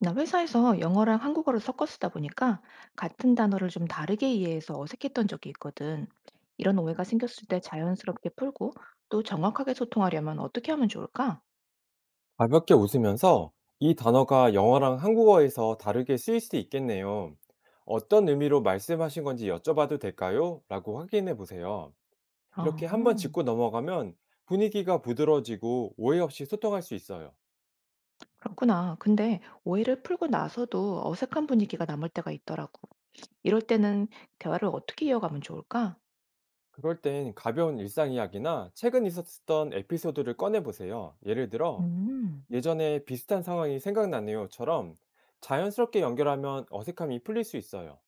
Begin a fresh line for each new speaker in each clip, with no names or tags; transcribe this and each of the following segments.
나 회사에서 영어랑 한국어를 섞어 쓰다 보니까 같은 단어를 좀 다르게 이해해서 어색했던 적이 있거든. 이런 오해가 생겼을 때 자연스럽게 풀고 또 정확하게 소통하려면 어떻게 하면 좋을까?
가볍게 웃으면서 이 단어가 영어랑 한국어에서 다르게 쓰일 수 있겠네요. 어떤 의미로 말씀하신 건지 여쭤봐도 될까요? 라고 확인해 보세요. 이렇게 한번
아,
짚고 넘어가면 분위기가 부드러워지고 오해 없이 소통할 수 있어요.
그렇구나. 근데 오해를 풀고 나서도 어색한 분위기가 남을 때가 있더라고. 이럴 때는 대화를 어떻게 이어가면 좋을까?
그럴 땐 가벼운 일상 이야기나 최근 있었던 에피소드를 꺼내 보세요. 예를 들어,
음,
예전에 비슷한 상황이 생각나네요처럼 자연스럽게 연결하면 어색함이 풀릴 수 있어요.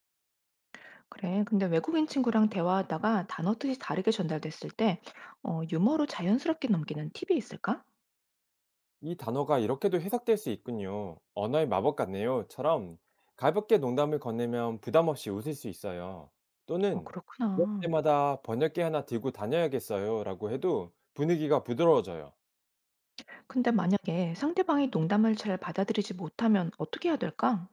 그래. 근데 외국인 친구랑 대화하다가 단어 뜻이 다르게 전달됐을 때, 유머로 자연스럽게 넘기는 팁이 있을까?
이 단어가 이렇게도 해석될 수 있군요. 언어의 마법 같네요.처럼 가볍게 농담을 건네면 부담 없이 웃을 수 있어요.
어,
또는 이럴
그렇구나.
때마다 번역기 하나 들고 다녀야겠어요.라고 해도 분위기가 부드러워져요.
근데 만약에 상대방이 농담을 잘 받아들이지 못하면 어떻게 해야 될까?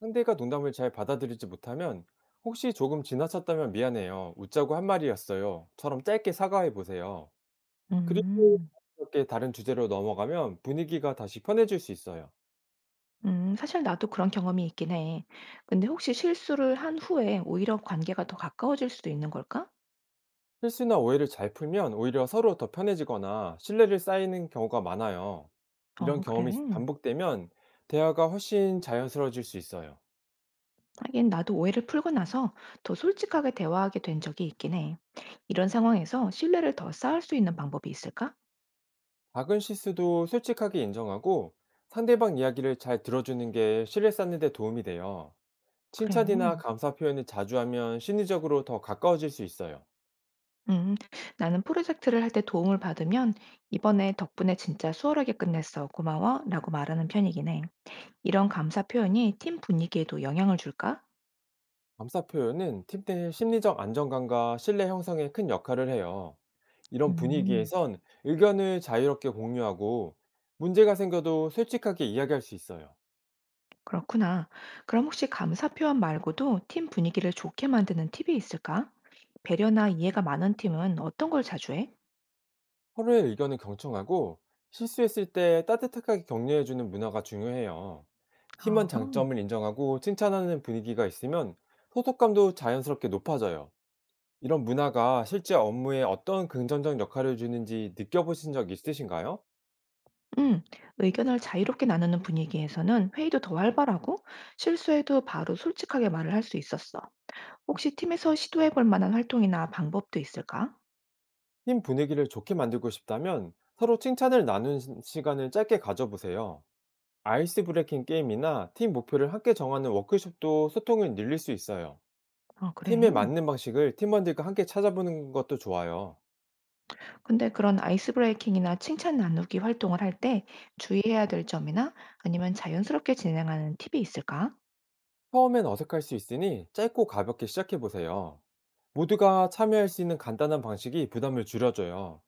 상대가 농담을 잘 받아들이지 못하면 혹시 조금 지나쳤다면 미안해요. 웃자고 한 말이었어요.처럼 짧게 사과해 보세요. 그리고
음,
이렇게 다른 주제로 넘어가면 분위기가 다시 편해질 수 있어요.
사실 나도 그런 경험이 있긴 해. 근데 혹시 실수를 한 후에 오히려 관계가 더 가까워질 수도 있는 걸까?
실수나 오해를 잘 풀면 오히려 서로 더 편해지거나 신뢰를 쌓이는 경우가 많아요. 이런
어, 그래.
경험이 반복되면 대화가 훨씬 자연스러워질 수 있어요.
하긴 나도 오해를 풀고 나서 더 솔직하게 대화하게 된 적이 있긴 해. 이런 상황에서 신뢰를 더 쌓을 수 있는 방법이 있을까?
작은 실수도 솔직하게 인정하고 상대방 이야기를 잘 들어주는 게 신뢰 쌓는 데 도움이 돼요.
그래.
칭찬이나 감사 표현을 자주 하면 심리적으로 더 가까워질 수 있어요.
음, 나는 프로젝트를 할 때 도움을 받으면 이번에 덕분에 진짜 수월하게 끝냈어. 고마워. 라고 말하는 편이긴 해. 이런 감사 표현이 팀 분위기에도 영향을 줄까?
감사 표현은 팀 내 심리적 안정감과 신뢰 형성에 큰 역할을 해요. 이런
음,
분위기에선 의견을 자유롭게 공유하고 문제가 생겨도 솔직하게 이야기할 수 있어요.
그렇구나. 그럼 혹시 감사 표현 말고도 팀 분위기를 좋게 만드는 팁이 있을까? 배려나 이해가 많은 팀은 어떤 걸 자주 해?
서로의 의견을 경청하고 실수했을 때 따뜻하게 격려해주는 문화가 중요해요. 팀원
아,
장점을 인정하고 칭찬하는 분위기가 있으면 소속감도 자연스럽게 높아져요. 이런 문화가 실제 업무에 어떤 긍정적 역할을 주는지 느껴보신 적 있으신가요?
음, 의견을 자유롭게 나누는 분위기에서는 회의도 더 활발하고 실수해도 바로 솔직하게 말을 할 수 있었어. 혹시 팀에서 시도해 볼 만한 활동이나 방법도 있을까?
팀 분위기를 좋게 만들고 싶다면 서로 칭찬을 나누는 시간을 짧게 가져보세요. 아이스 브레이킹 게임이나 팀 목표를 함께 정하는 워크숍도 소통을 늘릴 수 있어요.
아,
팀에
그래.
맞는 방식을 팀원들과 함께 찾아보는 것도 좋아요.
근데 그런 아이스 브레이킹이나 칭찬 나누기 활동을 할 때 주의해야 될 점이나 아니면 자연스럽게 진행하는 팁이 있을까?
처음엔 어색할 수 있으니 짧고 가볍게 시작해보세요. 모두가 참여할 수 있는 간단한 방식이 부담을 줄여줘요.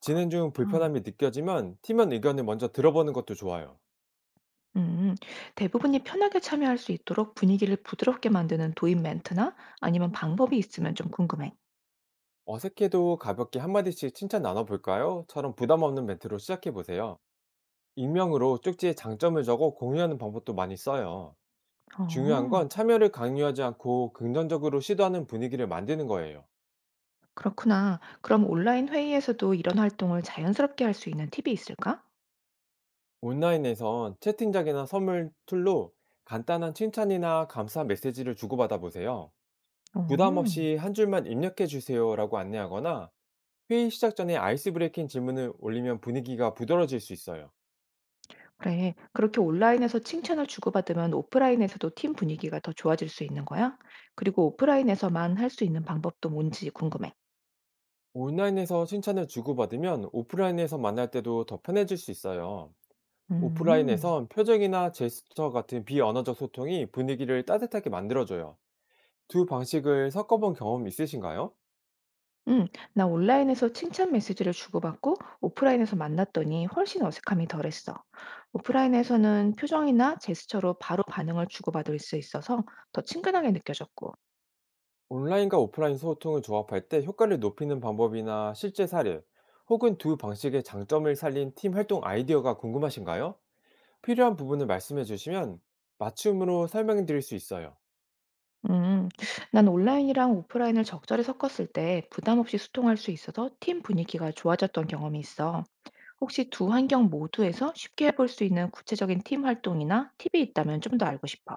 진행 중
그렇구나.
불편함이 느껴지면 팀원 의견을 먼저 들어보는 것도 좋아요.
음, 대부분이 편하게 참여할 수 있도록 분위기를 부드럽게 만드는 도입 멘트나 아니면 방법이 있으면 좀 궁금해.
어색해도 가볍게 한마디씩 칭찬 나눠볼까요? 처럼 부담 없는 멘트로 시작해보세요. 익명으로 쪽지에 장점을 적어 공유하는 방법도 많이 써요. 중요한
어,
건 참여를 강요하지 않고 긍정적으로 시도하는 분위기를 만드는 거예요.
그렇구나. 그럼 온라인 회의에서도 이런 활동을 자연스럽게 할 수 있는 팁이 있을까?
온라인에선 채팅장이나 선물 툴로 간단한 칭찬이나 감사 메시지를 주고받아 보세요.
어.
부담 없이 한 줄만 입력해 주세요라고 안내하거나 회의 시작 전에 아이스 브레이킹 질문을 올리면 분위기가 부드러워질 수 있어요.
그래. 그렇게 온라인에서 칭찬을 주고받으면 오프라인에서도 팀 분위기가 더 좋아질 수 있는 거야? 그리고 오프라인에서만 할 수 있는 방법도 뭔지 궁금해.
온라인에서 칭찬을 주고받으면 오프라인에서 만날 때도 더 편해질 수 있어요.
음,
오프라인에선 표정이나 제스처 같은 비언어적 소통이 분위기를 따뜻하게 만들어줘요. 두 방식을 섞어본 경험 있으신가요?
응, 나 온라인에서 칭찬 메시지를 주고받고 오프라인에서 만났더니 훨씬 어색함이 덜했어. 오프라인에서는 표정이나 제스처로 바로 반응을 주고받을 수 있어서 더 친근하게 느껴졌고.
온라인과 오프라인 소통을 조합할 때 효과를 높이는 방법이나 실제 사례, 혹은 두 방식의 장점을 살린 팀 활동 아이디어가 궁금하신가요? 필요한 부분을 말씀해 주시면 맞춤으로 설명해 드릴 수 있어요.
음, 난 온라인이랑 오프라인을 적절히 섞었을 때 부담 없이 소통할 수 있어서 팀 분위기가 좋아졌던 경험이 있어. 혹시 두 환경 모두에서 쉽게 해볼 수 있는 구체적인 팀 활동이나 팁이 있다면 좀 더 알고 싶어.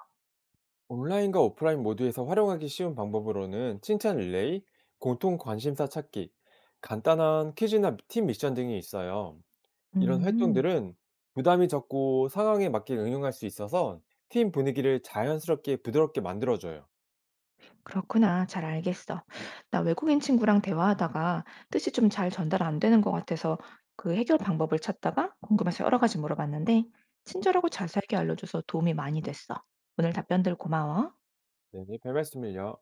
온라인과 오프라인 모두에서 활용하기 쉬운 방법으로는 칭찬 릴레이, 공통 관심사 찾기, 간단한 퀴즈나 팀 미션 등이 있어요. 이런
음,
활동들은 부담이 적고 상황에 맞게 응용할 수 있어서 팀 분위기를 자연스럽게 부드럽게 만들어줘요.
그렇구나. 잘 알겠어. 나 외국인 친구랑 대화하다가 뜻이 좀 잘 전달 안 되는 것 같아서 그 해결 방법을 찾다가 궁금해서 여러 가지 물어봤는데 친절하고 자세하게 알려줘서 도움이 많이 됐어. 오늘 답변들 고마워.
네, 별 말씀을요.